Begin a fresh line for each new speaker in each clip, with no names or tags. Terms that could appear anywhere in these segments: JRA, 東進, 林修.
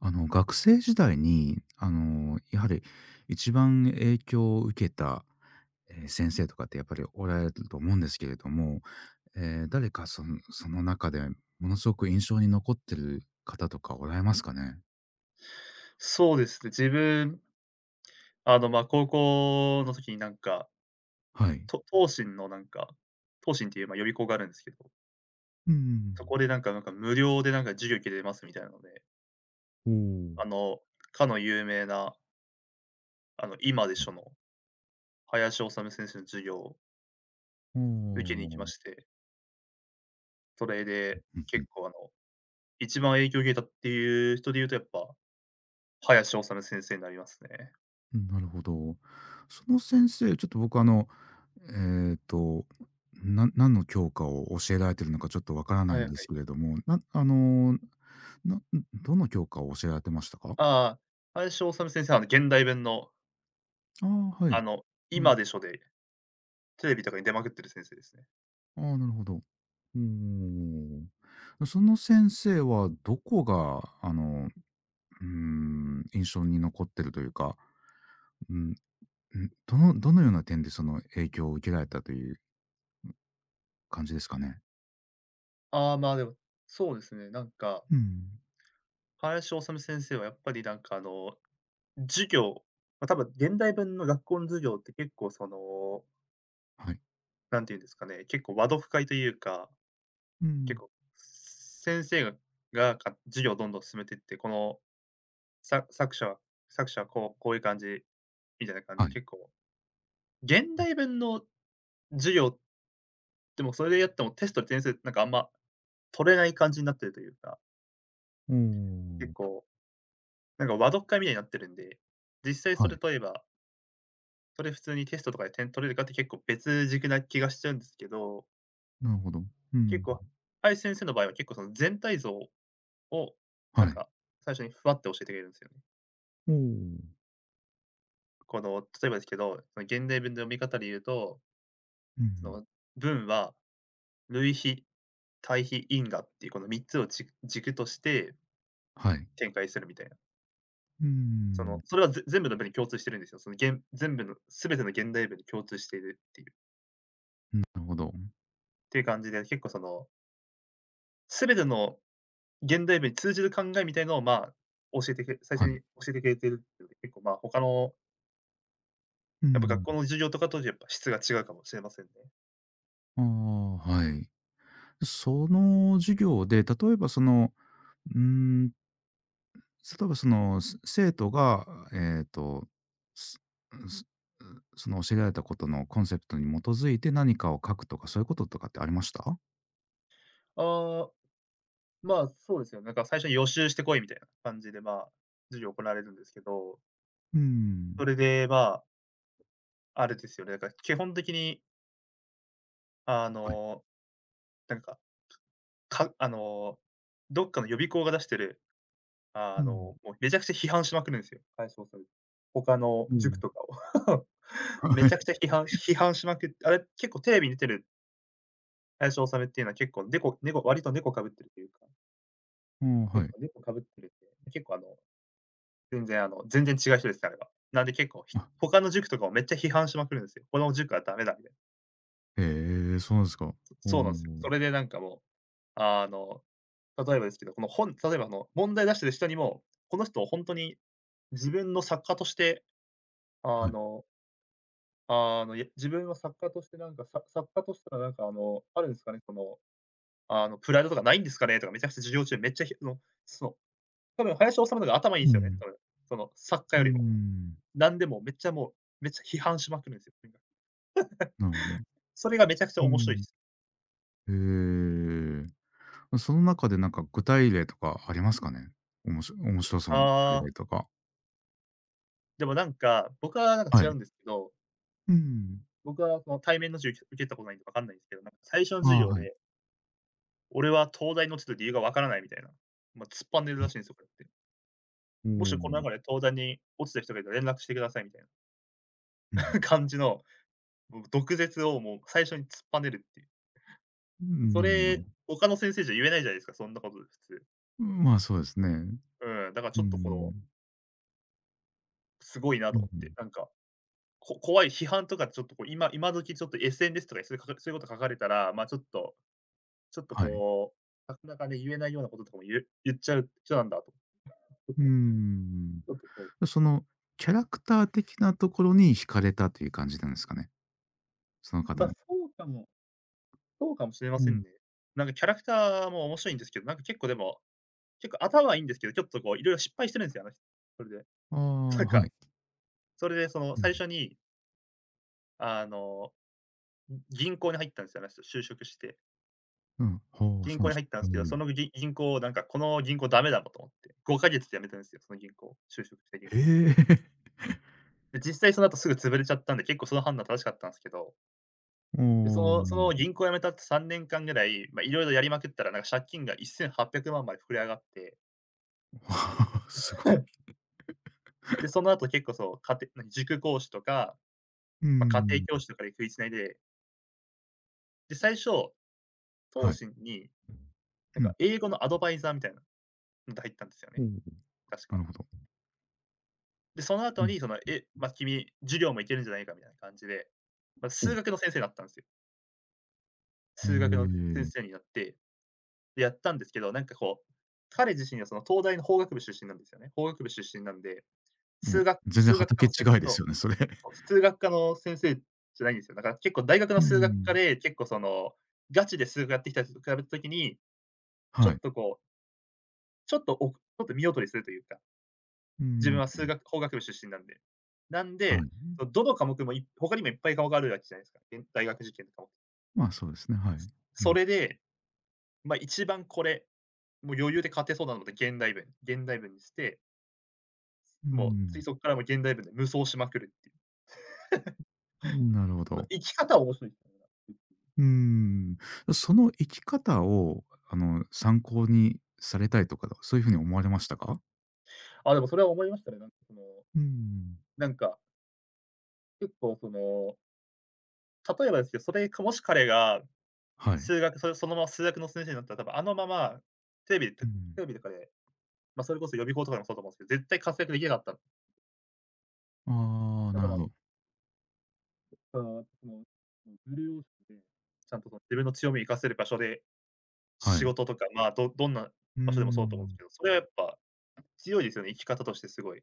学生時代に、やはり一番影響を受けた、先生とかってやっぱりおられると思うんですけれども、誰かその中でものすごく印象に残ってる方とかおられますかね？
そうですね。自分、高校の時に
はい。
東進の東進っていう、予備校があるんですけど、
う
そこ
ん。
でなんか無料で授業受けれますみたいなので、
おん。
あの、かの有名な、今でしょの林修先生の授業を
お
受けに行きま
お。
して、それで
う
結
ん。
構一番影響を受けたっていう人で言うとやっぱ、林修先生になりますね。
うん、なるほど。その先生、ちょっと僕えっと、何の教科を教えられてるのかちょっとわからな
は
い
い
ん
は
です
い。
けれども、なあのな、どの教科を教えられてましたか？
ああ、林修先生はあの現代弁の、
ああ、は
あ
い。
の、
うん。
今でしょで、テレビとかに出まくってる先生ですね。
ああ、なるほど。うんん。その先生はどこが、印象に残ってるというか、うん、うん、どのような点でその影響を受けられたという感じですかね？
ああ、そうですね。
うん。
林修先生はやっぱり授業、まあ、多分現代文の学校の授業って結構その、
はい。
なんていうんですかね、結構和読会というか、
う
結
ん。
構、先生が授業をどんどん進めていって、この、作者はこういう感じみたいな感じ
は
で
い。
結構、現代文の授業ってもうそれでやってもテストで点数なんかあんま取れない感じになってるというか、結
おお。
構、なんか和読会みたいになってるんで、実際そ
はい。
れといえばそれ普通にテストとかで点取れるかって結構別軸な気がしちゃうんですけど、
なるほど。う
結
ん。
構、林先生の場合は結構その全体像を、なん
はい。
か、最初にふわって教えてくれるんですよね。
おお。
この、例えばですけど、その現代文の読み方で言うと、
う
そ
ん。
の文は類比、対比、因果っていうこの3つを軸として
はい。
展開するみたいな。
う
その、
ん。
それはぜ全部の文に共通してるんですよ。そのげん全ての現代文に共通しているっていう
なるほど。
感じで、結構その、全ての現代文に通じる考えみたいのを、まあ、教えてけ最
は
初
い。
に教えてくれてるっていうので、結構、まあ、他の
う
やっぱ学
ん。
校の授業とかとやっぱ質が違うかもしれませんね。
ああ、はい。その授業で、うーん、例えばその、生徒が、えっと、すすその教えられたことのコンセプトに基づいて何かを書くとか、そういうこととかってありました？
ああ、まあ、そうですよね。なんか最初に予習してこいみたいな感じで、まあ、授業行われるんですけど、
うー
そ
ん。
れで、まあ、あれですよね、なんか基本的に、あ
はい。
の、なんか、かあの、どっかの予備校が出してる
うん。
もうめちゃくちゃ批判しまくるんですよ、解消される他の
う
塾
ん。
とかを。め
は
ち
い。
ゃくちゃ批判しまくって、あれ、結構テレビに出てる林修っていうのは結構猫割と猫かぶってるというか、
ああ、は
結
い。
構猫かぶってるって結構全然違う人です、あれは。なんで結構、
あ、
他の塾とかをめっちゃ批判しまくるんですよ。この塾はダメだみたいな。
へえ、そうですか。お
そう
お、
なんですよ。それでなんかもう、あの、例えばですけど、この本例えば問題出してる人にも、この人を本当に自分の作家として、あ
はい。
のあ自分は作家として作家としてはなんかあるんですかね、その、プライドとかないんですかねとかめちゃくちゃ授業中めっちゃその、その多分林修の方が頭いいんで
う
すよね、
ん。
多分。その作家
うー
よりも。
ん。
なんでもめっちゃもう、めっちゃ批判しまくるんですよ。とにか、
なるほど。
それがめちゃくちゃ
うー
面白いで
ん。
す。
へえ。まその中でなんか具体例とかありますかね？おもし面白そうに
あ
具体
あ、
例とか。
でも僕はなんか
は
違
い。
うんですけど、
うん。
僕はその対面の授業受けたことないんでわかんないんですけど、なんか最初の
あ
授
あ、
業
はい。
で、俺は東大に落ちた理由がわからないみたいな、まあ、突っぱでるら
ね、
しいんですよ、これって。
お
もしこの中
お。
で東大に落ちた人がいたら連絡してくださいみたいな。
うん。
感じの、もう毒舌をもう最初に突っぱねるっていう。
うん、
そ
なるほ
れ、
ど。
他の先生じゃ言えないじゃないですか、そんなことで普通。
うん、まあ、そうですね。
うん、だからち
う
ょっとこの、
ん。
すごいな
う
と
ん
思っ
う
て、
ん。
怖い批判とかちょっとこう、今時ちょっと SNS とかにそういうかそういうこと書かれたら、まあ、ちょっとちょっと
はい。
こなかなかね、言えないようなこととかも言っちゃう人なんだと。
うーん。
ちょっとこ
そのキャラクター的なところに惹かれたという感じなんですかね？その
う、
方
ま、
の。
そうかもしれま
う
せん
ん。
ね。なんかキャラクターも面白いんですけど、なんか結構でも、結構頭はいいんですけど、ちょっとこういろいろ失敗してるんですよ、あの人。それで。
ああ、
なん
は
か
い。
それでその
うん。
最初に、あの、銀行に入ったんですよ、あの人、就職して。
うん。はあ、
銀
そうな
行
んで
に
す
入ったん
か。
ですけど、そのぎ銀行をなんかこの銀行ダメだろと思って、5か月で辞めたんですよ、その銀行、就職した銀
へえ。
行。
へえ。
で、実際その後すぐ潰れちゃったんで、結構その判断正しかったんすけど、で、そ
お
のその銀行辞めた後3年間ぐらい、ま、色々やりまくったら、なんか借金が1800万で膨れ上がって、
お、すごい。
で、その後結構そう、かてなに塾講師とか、
うー
ま、家庭教
ん、
師とかで食い繋いで、で、最初、投
はい。
資に
うん。
英語のアドバイザーみたいなのと入ったんですよ
お
ね、
お、
確
な
か。
るほど。
で、その
う
後
ん。
にその、え、まあ、君、授業もいけるんじゃないかみたいな感じで、まあ、数学
お
の先生だったんですよ。
え
数学の先
え、
生になって、で、やったんですけど、なんかこう、彼自身はその東大の法学部出身なんですよね。法学部出身なんで、
もう全然
数学科
畑違
のせ
いです
そ
よね、それ。
う、数学科の先生じゃないんですよ。だから結構大学の
うー
数学科
ん。
で、結構その、ガチで数学やってきた人と比べたときに、ちょ
はい。
っとこう、ちょっとおちょっと見劣りするというか
うー
自分
ん、
は法学部出身なんで。なん
は
で、
い。
どの科目もい他にもいっぱい科目あるわけじゃないですか。大学受験とかも。
まあ、そうですね、はい。う
そ
ん。
れで、まあ、一番これ、もう余裕で勝てそうなので現代文にして、
う
もうつい
ー
そっからもう現代文で無双しまくるっていう。
ん、なるほ
ま、
ど。
生き方は面白いですよね。
うーん。その生き方を、参考にされたいとか、そういう風に思われましたか？
あ、でもそれは思いましたね。
うーん。
なんか、結構その、例えばですけど、それかもし彼が
はい。
数学それそのまま数学の先生になったら、多分あのまま、テレビで
う
テ
ん。
レビとかで、ま、それこそ予備校とかでもそうだと思うんですけど、絶対活躍できなかった
ああ、
だ
な
か
るほ
ら、
ど。
あのその、重要視で、ちゃんとその自分の強みを生かせる場所で、
は
仕
い。
事とか、まあ、どどんな
うー
場所でもそうと思うんす
ん。
けど、それはやっぱ強いですよね、生き方としてすごい。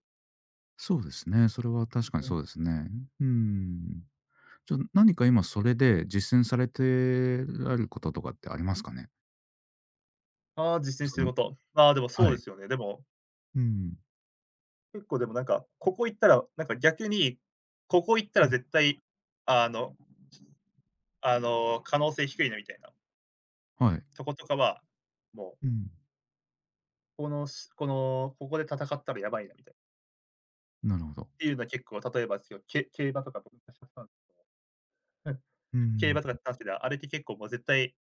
そうですね、それは確かに
うん。
そうですね。うーん。じゃ、何か今それで実践されてられることとかってありますかね？
ああ、実践し
そ
てる
の。
こと。ああ、でもそう
は
で
い。
すよね。でも、
うん。
結構でもなんか、ここ行ったら、なんか逆に、ここ行った
う
ら
ん。
絶対、あの可能性低いなみたいな
はい。
とことかは、もう、
うん。
このしこの、ここで戦ったらやばいなみたいな、っ
なるほど。
ていうのは結構、例えばですけど、競馬とか僕昔やってた
う
競
ー
馬とかに
ん。
関してで、あれって結構もう絶対、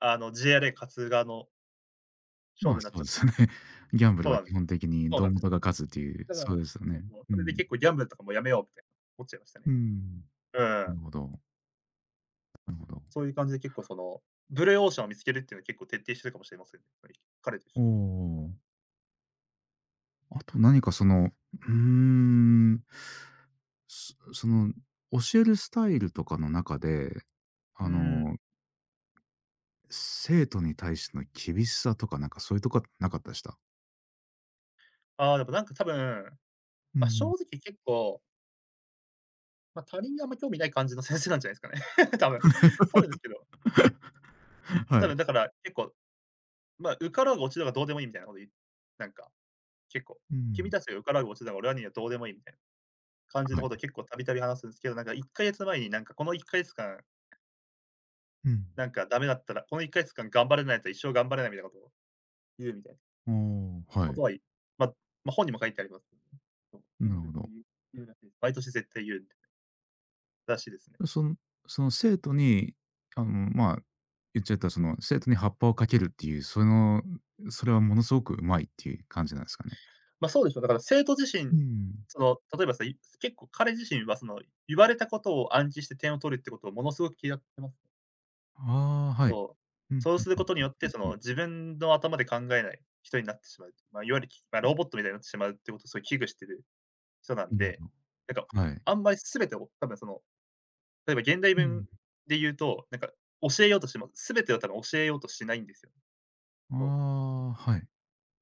JRA 勝つ側の勝
ま
負
あ、
になっち
そ
ゃ
う
っ
で
てる
すね。ギャンブ
そ
ル
う
は
なんで
基
すよ。
本的に
そうなん
胴
ですよ。
元が勝つっていう、
だか
そう
ら、
ですよ
そう
ね。
そう、
う
それで
ん。
結構ギャンブルとかもやめようみたいな、思っちゃいました
う
ね。
ーん。
う
なる
ん。
ほど。なるほど。
そういう感じで結構その、ブルーオーシャンを見つけるっていうのは結構徹底してるかもしれませんね、はい彼と一
お
緒に
お、あと何かうーん、そその、教えるスタイルとかの中で、
うー
あの
ん。
生徒に対しての厳しさとか、なんかそういうとこなかったでした？
ああ、でもなんか多分、
う
ま、正
ん。
直結構、ま、他人にあんま興味ない感じの先生なんじゃないですかね。多分。多分ですけど、
は
多
い。
分だから結構、ま、受かろうが落ちようがどうでもいいみたいなこと言うなんか結構、
う
君
ん。
たちが受からう落ちだが俺らにはどうでもいいみたいな感じの
はい。
ことを結構たびたび話すんですけど、なんか1ヶ月前になんかこの1ヶ月間、
うん。
なんかダメだったら、この1ヶ月間頑張れないと一生頑張れないみたいなことを言うみたいな
おー、は
こ
い。
とは、ま、ま、本にも書いてありますけどね。そう、そういう
な
の
るほ
絶対
ど。
言うらしいです。毎年絶対言うらしいですね。
そのその生徒に、まあ、言っちゃったらその生徒に葉っぱをかけるっていう、その、それはものすごくうまいっていう感じなんですかね？
ま、そうでしょう、だから生徒自身、
うん。
その、例えばさ、結構彼自身はその、言われたことを暗示して点を取るってことをものすごく嫌ってます
ああ、はい。
そう。
うん、
そう
うん
する
う
こ
ん
とによっ
う
て、
ん
そ
う
の、
ん
自分の頭で考えない人になってしまう。まあ、いわゆる、きまあ、ロボットみたいになってしまうってことをすごい危惧してる人な
う
ん
ん。なる
で、
ほど。
なんか、
はい。
あんまり全てを多分その、例えば現代
う
文
ん。
で言うと、なんか、教えようとしても、全てを多分教えようとしないんですよ。
あ
そう。
あ、はい。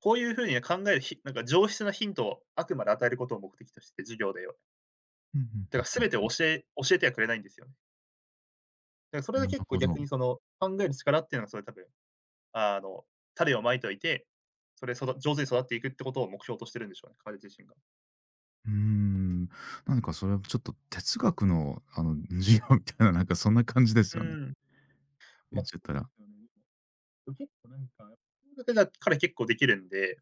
こういうふうにね考えるなんか上質なヒントをあくまで与えることを目的としてて、授業で
うん、
だ
う
から
ん
全てを教えてはくれないんですよね。だからそ
う
れ
ん。
が
なる
結構
ほ
逆に
ど。
その、考える力っていうのがそれ多分あの、種を蒔いておいて、それ、上手に育っていくってことを目標としてるんでしょうね、彼自身が。
うーん、なんかそれはちょっと哲学の授業みたいな、なんかそんな感じです
う
よね。
ん。
言
まあ、
っ
そ
ちゃった
うで
ら。
すよね。でも結構なんか、数学が彼結構できるんで、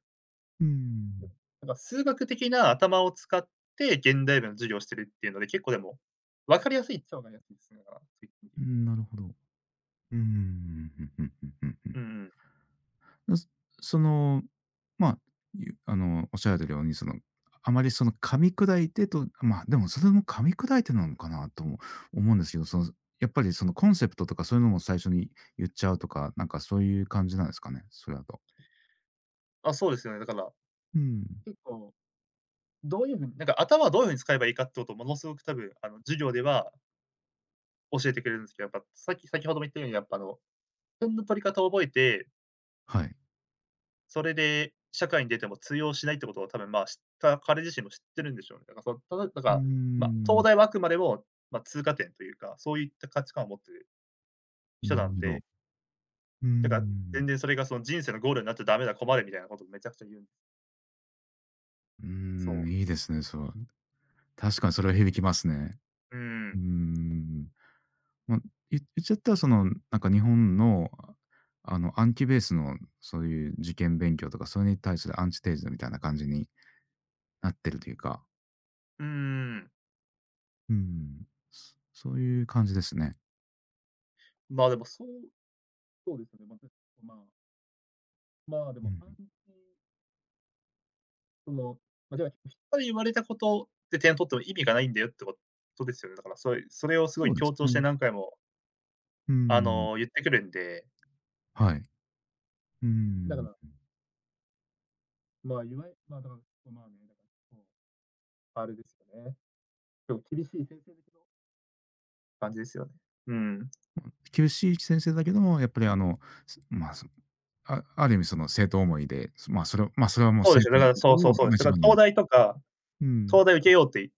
うーん、
なんか数学的な頭を使って現代文の授業をしてるっていうので、結構でも、分かりやすいっちゃ分かりやすいですね、だから、そういう意味で。
うーん、なるほど。うーん、ふんふんふんふんふん。
んうん。
すその、まあ、ゆあの、おっしゃられるように、その、あまりその噛み砕いてとまあ、でもそれも噛み砕いてなのかなとも思うんですけど、その、やっぱりそのコンセプトとかそういうのも最初に言っちゃうとか、なんかそういう感じなんですかね？それだと。
あ、そうですよね、だから。
うん、
結構、どういう風になんか頭をどういう風に使えばいいかってことをものすごく多分、あの、授業では教えてくれるんですけど、やっぱさっき先ほども言ったように、やっぱあの、点の取り方を覚えて
はい。
それで社会に出ても通用しないってことを多分、まあ、知った彼自身も知ってるんでしょうね。だか
うー
ら、まあ、東
ん、
大はあくまでも、まあ、通過点というか、そういった価値観を持ってる人
な
な
る
ん
ほ
で、
ど。うー
だから
ん。
全然それがその人生のゴールになっちゃダメだ、困るみたいなことをめちゃくちゃ言うんです
うー
そ
ん、い
う。
いですね、そう。確かにそれは響きますね。
う
うー
ん。
ん。ま、言っちゃったらその、なんか日本の、暗記ベースのそういう受験勉強とか、それに対するアンチテーゼみたいな感じになってるというか、
うーん。
うーん、そういう感じですね。
まあ、でもそうですよね。まあ、まあ、まあ、で
う
も
ん。
安心その、まあ、では、人から言われたことで点取っても意味がないんだよってことですよね。だからそういうそれをすご
そ
い
うで
強
す
調して
ね。
何回も、
うー
あ
ん、
の、言ってくるんで
はい。うー
だか
ん。
ら、まあ、いわゆまあ、だから、まあね、だから、そうあれですよね。でも厳しい先生だけど感じですよね。うん。
厳しい先生だけども、やっぱりあの、すまあ、そあある意味その生徒思いで、それはもう
そうで
生
すよ、だ
徒
か
のこ
ら、
とを、
そうで
ま、
す。だ
一
から
番
東
に。
大とか、
うん。
東大受けようって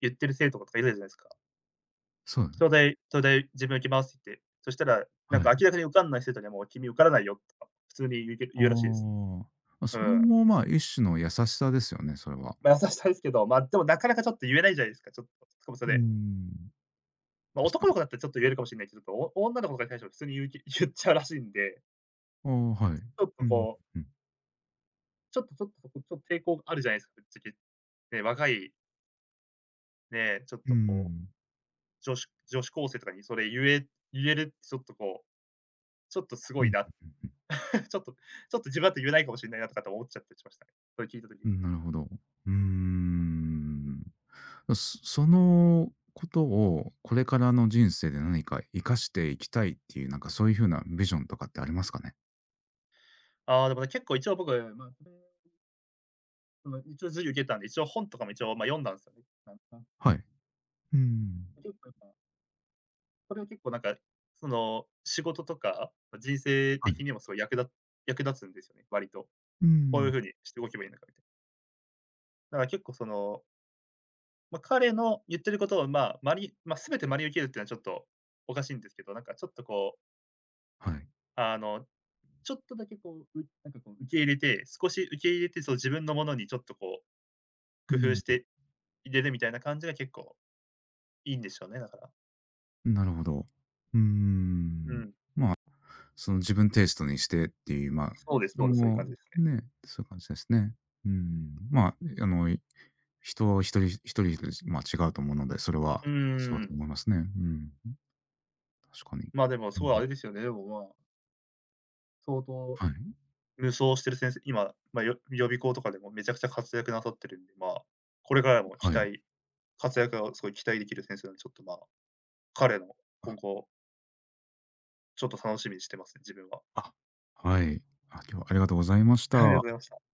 言ってる生徒とかいるじゃないですか。
そうです。
東大自分受けますって言って、そしたら、なん
は
か
い。
明らかに受かんない生徒にはもう君受からないよとか、普通に
あ
言うらしいです。
ーあ。ま
う
それ
ん。
も、まあ、一種の優しさですよね、それは。
まあ、優しさですけど、まあ、でもなかなかちょっと言えないじゃないですか、ちょっと、しかもそ
う
れ。
ん。
まあ、
確か
男の
に。
子だったらちょっと言えるかもしれないけど、女の子とかに対しては普通に言っちゃうらしいんで、
ああ、は
ち
い。
ょっ
う
と
ん、
こう
うん。
ちょっとそこ、ちょっと抵抗があるじゃないですか、ぶっちゃけ。ね、若い、ね、ちょっ
う
とこう、
ん。
女子高生とかにそれ言えるってちょっとこう、ちょっとすご
う
い
ん。
な、ちょっと自分だと言えないかもしれないなとかって思っちゃったりしましたね。それ聞いた
う
時。
ん、なるほど。うーん。そのことをこれからの人生で何か生かしていきたいっていう、なんかそういう風なビジョンとかってありますかね？
ああ、でもね、結構一応僕、まあ、これ、その、一応授業受けたんで、一応本とかも一応、ま、読んだんですよね。なんなん
はい。うん。
結構やっぱ、それは結構なんか、その、仕事とか、ま人生
は
的
い。
にもすごい役立つんですよね、割と。
う
こうい
ん。
う風にして動けばいいのかみたいな。だから結構そのまあ、彼の言ってることを、まあ、まあ、全て真に受けるっていうのはちょっとおかしいんですけど、なんかちょっとこう、
はい。
あの、ちょっとだけこう、なんかこう受け入れて、少し受け入れて、そう自分のものにちょっとこう、
う
工夫
ん。
して入れるみたいな感じが結構いいんでしょうね、だから。
なるほど。うー
う
ん。
ん。
その自分テイストにしてっていう、まあ、
そうです
それ
そうです、そういう
も
感じですね。
ね、そういう感じですね。うん。まあ、あの、い人一人一人で、まあ、違うと思うので、それは
うー
そうだと
ん。
思いますね。うん。確かに。
ま、でもす
う
ごいあ
ん。
れですよね、でも、まあ、相当
はい。
無双してる先生今、まあ、予備校とかでもめちゃくちゃ活躍なさってるんで、まあ、これからも期
はい。
待活躍がすごい期待できる先生なんで、ちょっと、まあ彼の今
あ、
後、ちょっと楽しみにしてますね、自分は。
あ、はい。あ、今日はありがとうございまし た。
ありがとうございました。